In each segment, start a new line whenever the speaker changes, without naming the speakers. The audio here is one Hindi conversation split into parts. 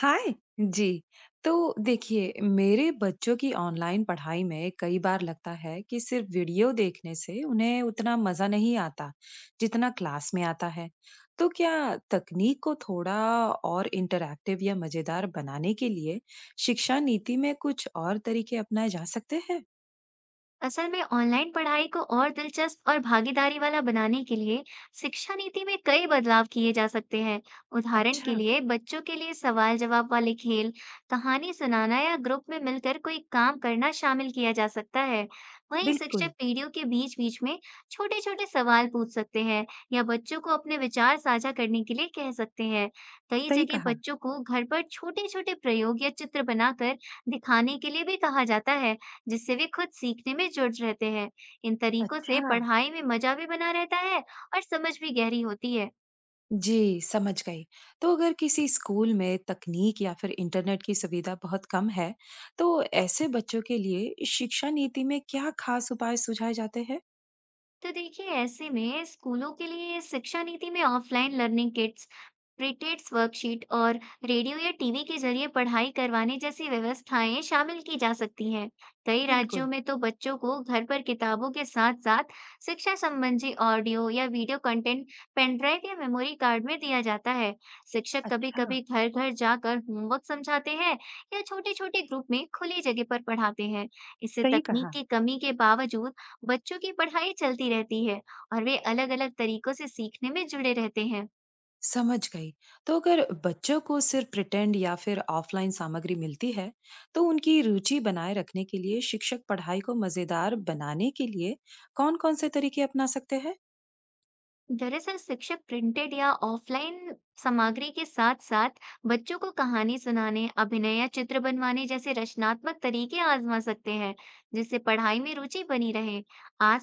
हाय! जी। तो देखिए, मेरे बच्चों की ऑनलाइन पढ़ाई में कई बार लगता है कि सिर्फ वीडियो देखने से उन्हें उतना मज़ा नहीं आता, जितना क्लास में आता है। तो क्या तकनीक को थोड़ा और इंटरैक्टिव या मज़ेदार बनाने के लिए शिक्षा नीति में कुछ और तरीके अपनाए जा सकते हैं?
असल में ऑनलाइन पढ़ाई को और दिलचस्प और भागीदारी वाला बनाने के लिए शिक्षा नीति में कई बदलाव किए जा सकते हैं। उदाहरण के
अच्छा,
लिए बच्चों के लिए सवाल जवाब वाले खेल, कहानी सुनाना या ग्रुप में मिलकर कोई काम करना शामिल किया जा सकता है। वहीं
बिल्कुल,
शिक्षक पीढ़ियों के बीच बीच में छोटे छोटे सवाल पूछ सकते हैं या बच्चों को अपने विचार साझा करने के लिए कह सकते हैं। कई
सही
जगह
कहा।
बच्चों को घर पर छोटे छोटे प्रयोग या चित्र बनाकर दिखाने के लिए भी कहा जाता है, जिससे वे खुद सीखने में जुट रहते हैं। इन तरीकों से
अच्छा।
पढ़ाई में मज़ा भी बना रहता है और समझ भी गहरी होती है।
जी, समझ गई। तो अगर किसी स्कूल में तकनीक या फिर इंटरनेट की सुविधा बहुत कम है, तो ऐसे बच्चों के लिए शिक्षा नीति में क्या खास उपाय सुझाए जाते हैं?
तो देखिए, ऐसे में स्कूलों के लिए शिक्षा नीति में offline learning kits, printed worksheet और रेडियो या टीवी के जरिए पढ़ाई करवाने जैसी व्यवस्थाएं शामिल की जा सकती हैं। कई राज्यों
बिल्कुल।
में तो बच्चों को घर पर किताबों के साथ साथ शिक्षा संबंधी ऑडियो या वीडियो कंटेंट पेन ड्राइव या मेमोरी कार्ड में दिया जाता है। शिक्षक
अच्छा।
कभी-कभी घर-घर जाकर होमवर्क समझाते हैं या छोटे-छोटे ग्रुप में खुली जगह पर पढ़ाते हैं। इससे
सही
तकनीक
कहा।
की कमी के बावजूद बच्चों की पढ़ाई चलती रहती है और वे अलग-अलग तरीकों से सीखने में जुड़े रहते हैं।
समझ गई। तो अगर बच्चों को सिर्फ प्रिटेंड या फिर ऑफलाइन सामग्री मिलती है, तो उनकी रुचि बनाए रखने के लिए शिक्षक पढ़ाई को मजेदार बनाने के लिए कौन-कौन से तरीके अपना सकते हैं?
दरअसल शिक्षक प्रिंटेड या ऑफलाइन सामग्री के साथ साथ बच्चों को कहानी सुनाने, अभिनय या चित्र बनवाने जैसे रचनात्मक तरीके आजमा सकते हैं, जिससे पढ़ाई में रुचि बनी रहे।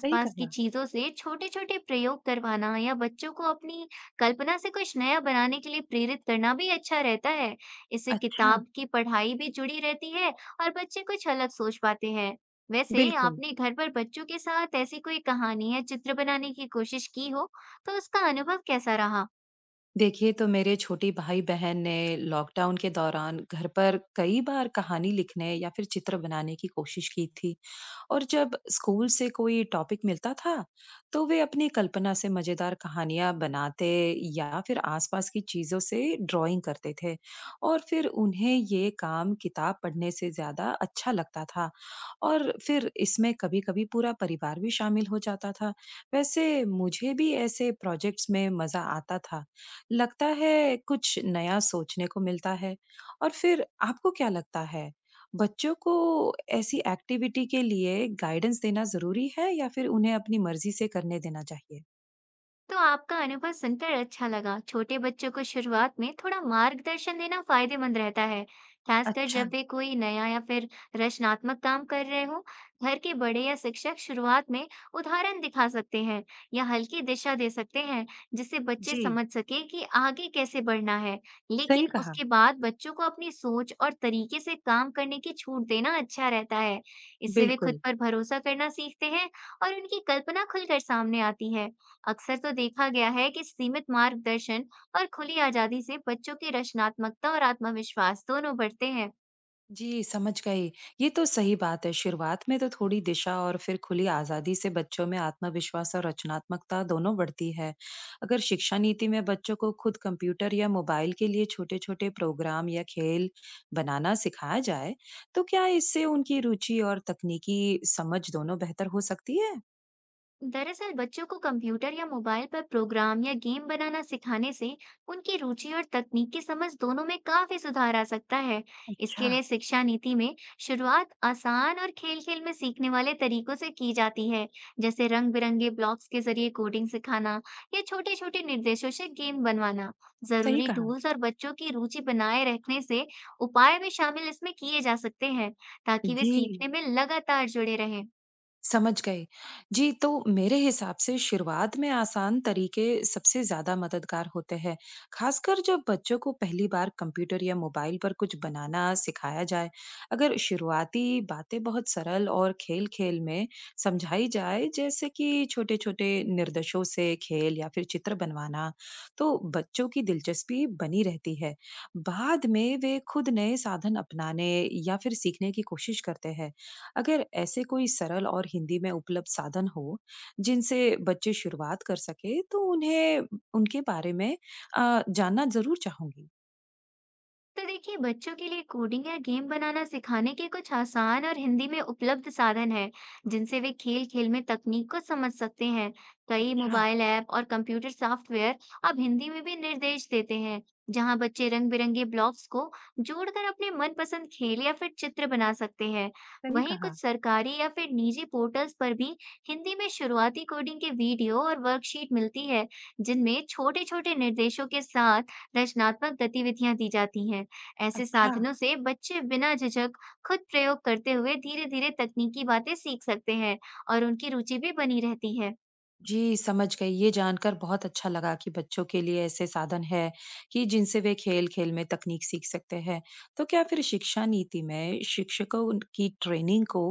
सही
की
कहा।
चीजों से छोटे-छोटे प्रयोग करवाना या बच्चों को अपनी कल्पना से कुछ नया बनाने के लिए प्रेरित करना भी अच्छा रहता है। इससे
अच्छा।
किताब की पढ़ाई भी जुड़ी रहती है और बच्चे कुछ अलग सोच पाते हैं। वैसे,
बिल्कुल।
आपने घर पर बच्चों के साथ ऐसी कोई कहानी या चित्र बनाने की कोशिश की हो? तो उसका अनुभव कैसा रहा?
देखिए, तो मेरे छोटे भाई-बहन ने लॉकडाउन के दौरान घर पर कई बार कहानी लिखने या फिर चित्र बनाने की कोशिश की थी। और जब स्कूल से कोई टॉपिक मिलता था, तो वे अपनी कल्पना से मजेदार कहानियां बनाते या फिर आसपास की चीजों से ड्राइंग करते थे और फिर उन्हें ये काम किताब पढ़ने से ज्यादा अच्छा लगता था और फिर इसमें कभी-कभी पूरा परिवार भी शामिल हो जाता था। वैसे मुझे भी ऐसे प्रोजेक्ट्स में मजा आता था। लगता है कुछ नया सोचने को मिलता है। और फिर आपको क्या लगता है? बच्चों को ऐसी एक्टिविटी के लिए गाइडेंस देना ज़रूरी है या फिर उन्हें अपनी मर्ज़ी से करने देना चाहिए?
तो आपका अनुभव सुनकर अच्छा लगा। छोटे बच्चों को शुरुआत में थोड़ा मार्गदर्शन देना फायदेमंद रहता है, खासकर
अच्छा,
जब वे कोई नया या फिर रचनात्मक काम कर रहे हो। घर के बड़े या शिक्षक शुरुआत में उदाहरण दिखा सकते हैं या हल्की दिशा दे सकते हैं, जिससे बच्चे
जी,
समझ सके कि आगे कैसे बढ़ना है।
सही
लेकिन
कहा,
उसके बाद बच्चों को अपनी सोच और तरीके से काम करने की छूट देना अच्छा रहता है। इससे वे खुद
बिल्कुल।
पर भरोसा करना सीखते हैं और उनकी कल्पना खुलकर सामने आती है। अक्सर तो देखा गया है कि सीमित मार्गदर्शन और खुली आजादी से बच्चों की रचनात्मकता और आत्मविश्वास दोनों बढ़ते हैं।
जी, समझ गई। ये तो सही बात है, शुरुआत में तो थोड़ी दिशा और फिर खुली आज़ादी से बच्चों में आत्मविश्वास और रचनात्मकता दोनों बढ़ती है। अगर शिक्षा नीति में बच्चों को खुद कंप्यूटर या मोबाइल के लिए छोटे-छोटे प्रोग्राम या खेल बनाना सिखाया जाए, तो क्या इससे उनकी रुचि और तकनीकी समझ दोनों बेहतर हो सकती है?
दरअसल बच्चों को कंप्यूटर या मोबाइल पर प्रोग्राम या गेम बनाना सिखाने से उनकी रुचि और तकनीक की समझ दोनों में काफी सुधार आ सकता है। इसके
अच्छा,
लिए शिक्षा नीति में शुरुआत आसान और खेल-खेल में सीखने वाले तरीकों से की जाती है, जैसे रंग-बिरंगे ब्लॉक्स के जरिए कोडिंग सिखाना या छोटे-छोटे निर्देशों से गेम बनवाना।
सही
जरूरी
कहा।
टूल्स और बच्चों की रुचि बनाए रखने से उपाय भी शामिल इसमें किए जा सकते हैं, ताकि वे
जी,
सीखने में लगातार जुड़े रहें।
समझ गए। जी, तो मेरे हिसाब से शुरुआत में आसान तरीके सबसे ज़्यादा मददगार होते हैं, खासकर जब बच्चों को पहली बार कंप्यूटर या मोबाइल पर कुछ बनाना सिखाया जाए। अगर शुरुआती बातें बहुत सरल और खेल-खेल में समझाई जाए, जैसे कि छोटे-छोटे निर्देशों से खेल या फिर चित्र बनवाना, तो बच्चों की दिलचस्पी बनी रहती है। बाद में वे खुद नए साधन अपनाने या फिर सीखने की कोशिश करते हैं। अगर ऐसे कोई सरल और हिंदी में उपलब्ध साधन हो, जिनसे बच्चे शुरुआत कर सके, तो उन्हें उनके बारे में जानना ज़रूर चाहूँगी।
तो देखिए, बच्चों के लिए कोडिंग या गेम बनाना सिखाने के कुछ आसान और हिंदी में उपलब्ध साधन हैं, जिनसे वे खेल खेल में तकनीक को समझ सकते हैं। कई
अच्छा,
मोबाइल ऐप और कंप्यूटर सॉफ्टवेयर अब हिंदी में भी निर्देश देते हैं, जहां बच्चे रंग बिरंगे ब्लॉक्स को जोड़कर अपने मनपसंद खेल या फिर चित्र बना सकते हैं।
सही
वहीं
कहा।
कुछ सरकारी या फिर निजी पोर्टल्स पर भी हिंदी में शुरुआती कोडिंग के वीडियो और वर्कशीट मिलती है, जिनमें छोटे छोटे निर्देशों के साथ रचनात्मक गतिविधियां दी जाती हैं। ऐसे
अच्छा।
साधनों से बच्चे बिना झिझक खुद प्रयोग करते हुए धीरे-धीरे तकनीकी बातें सीख सकते हैं और उनकी रुचि भी बनी रहती है।
जी, समझ गई। ये जानकर बहुत अच्छा लगा कि बच्चों के लिए ऐसे साधन हैं कि जिनसे वे खेल-खेल में तकनीक सीख सकते हैं। तो क्या फिर शिक्षा नीति में शिक्षकों की ट्रेनिंग को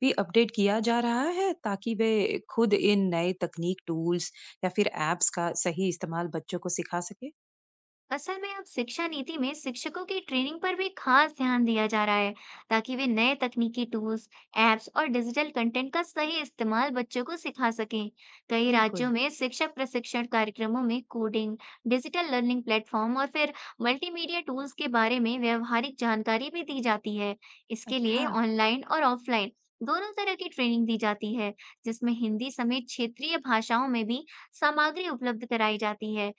भी अपडेट किया जा रहा है ताकि वे खुद इन नए तकनीक टूल्स या फिर ऐप्स का सही इस्तेमाल बच्चों को सिखा सके?
असल में अब शिक्षा नीति में शिक्षकों की ट्रेनिंग पर भी खास ध्यान दिया जा रहा है, ताकि वे नए तकनीकी टूल्स, एप्स और डिजिटल कंटेंट का सही इस्तेमाल बच्चों को सिखा सकें। कई
बिल्कुल,
राज्यों में शिक्षक प्रशिक्षण कार्यक्रमों में कोडिंग, डिजिटल लर्निंग प्लेटफॉर्म और फिर मल्टीमीडिया टूल्स के बारे में व्यावहारिक जानकारी भी दी जाती है। इसके लिए
अच्छा,
ऑनलाइन और ऑफलाइन दोनों तरह की ट्रेनिंग दी जाती है, जिसमें हिंदी समेत क्षेत्रीय भाषाओं में भी सामग्री उपलब्ध कराई जाती है।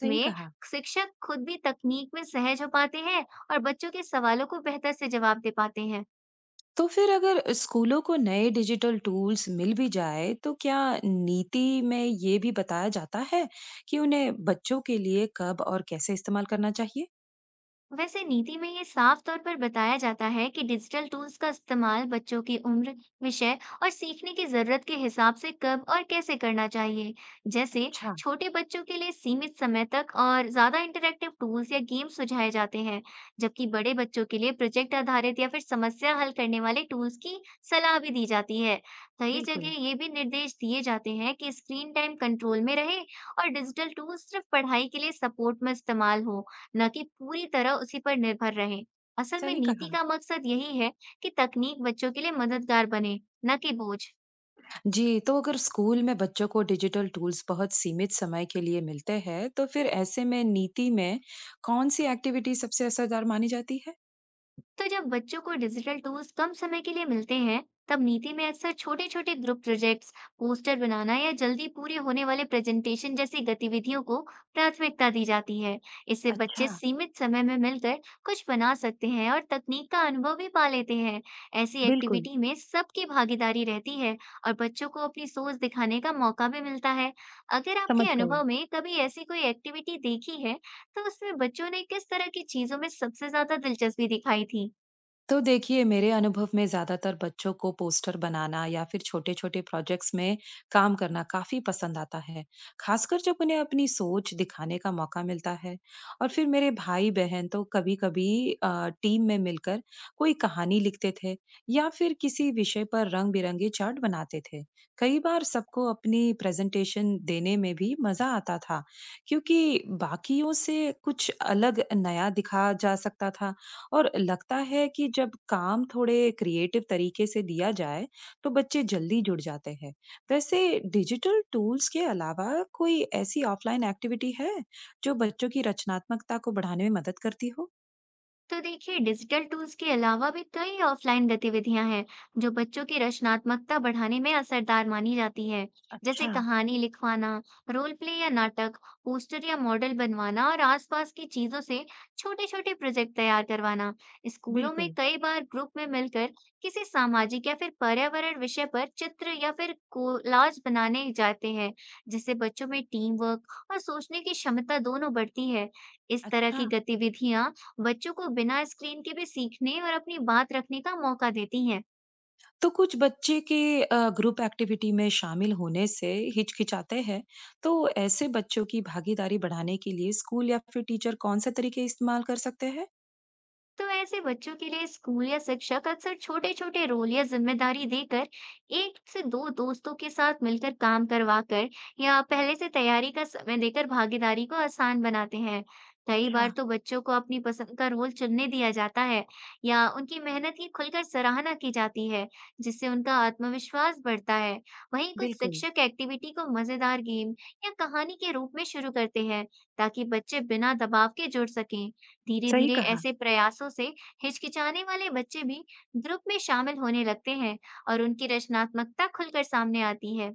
सही कहा।
शिक्षक खुद भी तकनीक में सहज हो पाते हैं और बच्चों के सवालों को बेहतर से जवाब दे पाते हैं।
तो फिर अगर स्कूलों को नए डिजिटल टूल्स मिल भी जाए तो क्या नीति में ये भी बताया जाता है कि उन्हें बच्चों के लिए कब और कैसे इस्तेमाल करना चाहिए?
वैसे नीति में ये साफ तौर पर बताया जाता है कि डिजिटल टूल्स का इस्तेमाल बच्चों की उम्र, विषय और सीखने की जरूरत के हिसाब से कब और कैसे करना चाहिए। जैसे
अच्छा।
छोटे बच्चों के लिए सीमित समय तक और ज्यादा इंटरैक्टिव टूल्स या गेम सुझाए जाते हैं, जबकि बड़े बच्चों के लिए प्रोजेक्ट आधारित या फिर समस्या हल करने वाले टूल्स की सलाह भी दी जाती है। कई
बिल्कुल।
जगह ये भी निर्देश दिए जाते हैं कि स्क्रीन टाइम कंट्रोल में रहे और डिजिटल टूल्स सिर्फ पढ़ाई के लिए सपोर्ट में इस्तेमाल हो, न कि पूरी तरह उसी पर निर्भर रहें। असल में
सही
नीति
कहा।
का मकसद यही है कि तकनीक बच्चों के लिए मददगार बने, न कि बोझ।
जी, तो अगर स्कूल में बच्चों को डिजिटल टूल्स बहुत सीमित समय के लिए मिलते हैं, तो फिर ऐसे में नीति में कौन सी एक्टिविटी सबसे असरदार मानी जाती है?
तो जब बच्चों को डिजिटल टूल्स कम समय के लिए मिलते हैं, तब नीति में अक्सर छोटे छोटे ग्रुप प्रोजेक्ट्स, पोस्टर बनाना या जल्दी पूरे होने वाले प्रेजेंटेशन जैसी गतिविधियों को प्राथमिकता दी जाती है। इससे बच्चे
अच्छा।
सीमित समय में मिलकर कुछ बना सकते हैं और तकनीक का अनुभव भी पा लेते हैं। ऐसी
बिल्कुल।
एक्टिविटी में सबकी भागीदारी रहती है और बच्चों को अपनी सोच दिखाने का मौका भी मिलता है। अगर
समझ
आपके
गए।
अनुभव में कभी ऐसी कोई एक्टिविटी देखी है, तो उसमें बच्चों ने किस तरह की चीजों में सबसे ज्यादा दिलचस्पी दिखाई थी?
तो देखिए, मेरे अनुभव में ज़्यादातर बच्चों को पोस्टर बनाना या फिर छोटे-छोटे प्रोजेक्ट्स में काम करना काफ़ी पसंद आता है, खासकर जब उन्हें अपनी सोच दिखाने का मौका मिलता है। और फिर मेरे भाई-बहन तो कभी-कभी टीम में मिलकर कोई कहानी लिखते थे या फिर किसी विषय पर रंग-बिरंगे चार्ट बनाते थे। कई बार सबको अपनी प्रेज़ेंटेशन देने में भी मज़ा आता था, क्योंकि बाकियों से कुछ अलग नया दिखा जा सकता था। और लगता है कि जब काम थोड़े क्रिएटिव तरीके से दिया जाए, तो बच्चे जल्दी जुड़ जाते हैं। वैसे डिजिटल टूल्स के अलावा कोई ऐसी ऑफलाइन एक्टिविटी है, जो बच्चों की रचनात्मकता को बढ़ाने में मदद करती हो?
तो देखिए, डिजिटल टूल्स के अलावा भी कई ऑफलाइन गतिविधियां हैं, जो बच्चों की रचनात्मकता बढ़ाने में असरदार मानी जाती है। जैसे
अच्छा।
कहानी लिखवाना, रोल प्ले या नाटक, पोस्टर या मॉडल बनवाना और आसपास की चीजों से छोटे छोटे प्रोजेक्ट तैयार करवाना। स्कूलों में
बिल्कुल।
कई बार ग्रुप में मिलकर किसी सामाजिक या फिर पर्यावरण विषय पर चित्र या फिर कोलाज बनाने जाते हैं, जिससे बच्चों में टीम वर्क और सोचने की क्षमता दोनों बढ़ती है। इस तरह
अच्छा।
की गतिविधियां बच्चों को बिना स्क्रीन के भी सीखने और अपनी बात रखने का मौका देती हैं।
तो कुछ बच्चे के ग्रुप एक्टिविटी में शामिल होने से हिचकिचाते हैं, तो ऐसे बच्चों की भागीदारी बढ़ाने के लिए स्कूल या फिर टीचर कौन से तरीके इस्तेमाल कर सकते हैं?
तो ऐसे बच्चों के लिए स्कूल या शिक्षक अक्सर छोटे छोटे रोल या जिम्मेदारी देकर, एक से दो दोस्तों के साथ मिलकर काम करवाकर या पहले से तैयारी का समय देकर भागीदारी को आसान बनाते हैं। कई
अच्छा।
बार तो बच्चों को अपनी पसंद का रोल चुनने दिया जाता है या उनकी मेहनत की खुलकर सराहना की जाती है, जिससे उनका आत्मविश्वास बढ़ता है। वहीं कुछ
बिल्कुल।
शिक्षक एक्टिविटी को मजेदार गेम या कहानी के रूप में शुरू करते हैं, ताकि बच्चे बिना दबाव के जुड़ सकें।
सही
धीरे-धीरे
कहा।
ऐसे प्रयासों से हिचकिचाने वाले बच्चे भी ग्रुप में शामिल होने लगते हैं और उनकी रचनात्मकता खुलकर सामने आती है।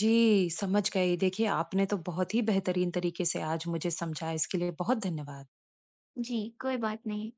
जी, समझ गई। देखिए, आपने तो बहुत ही बेहतरीन तरीके से आज मुझे समझा, इसके लिए बहुत धन्यवाद।
जी, कोई बात नहीं।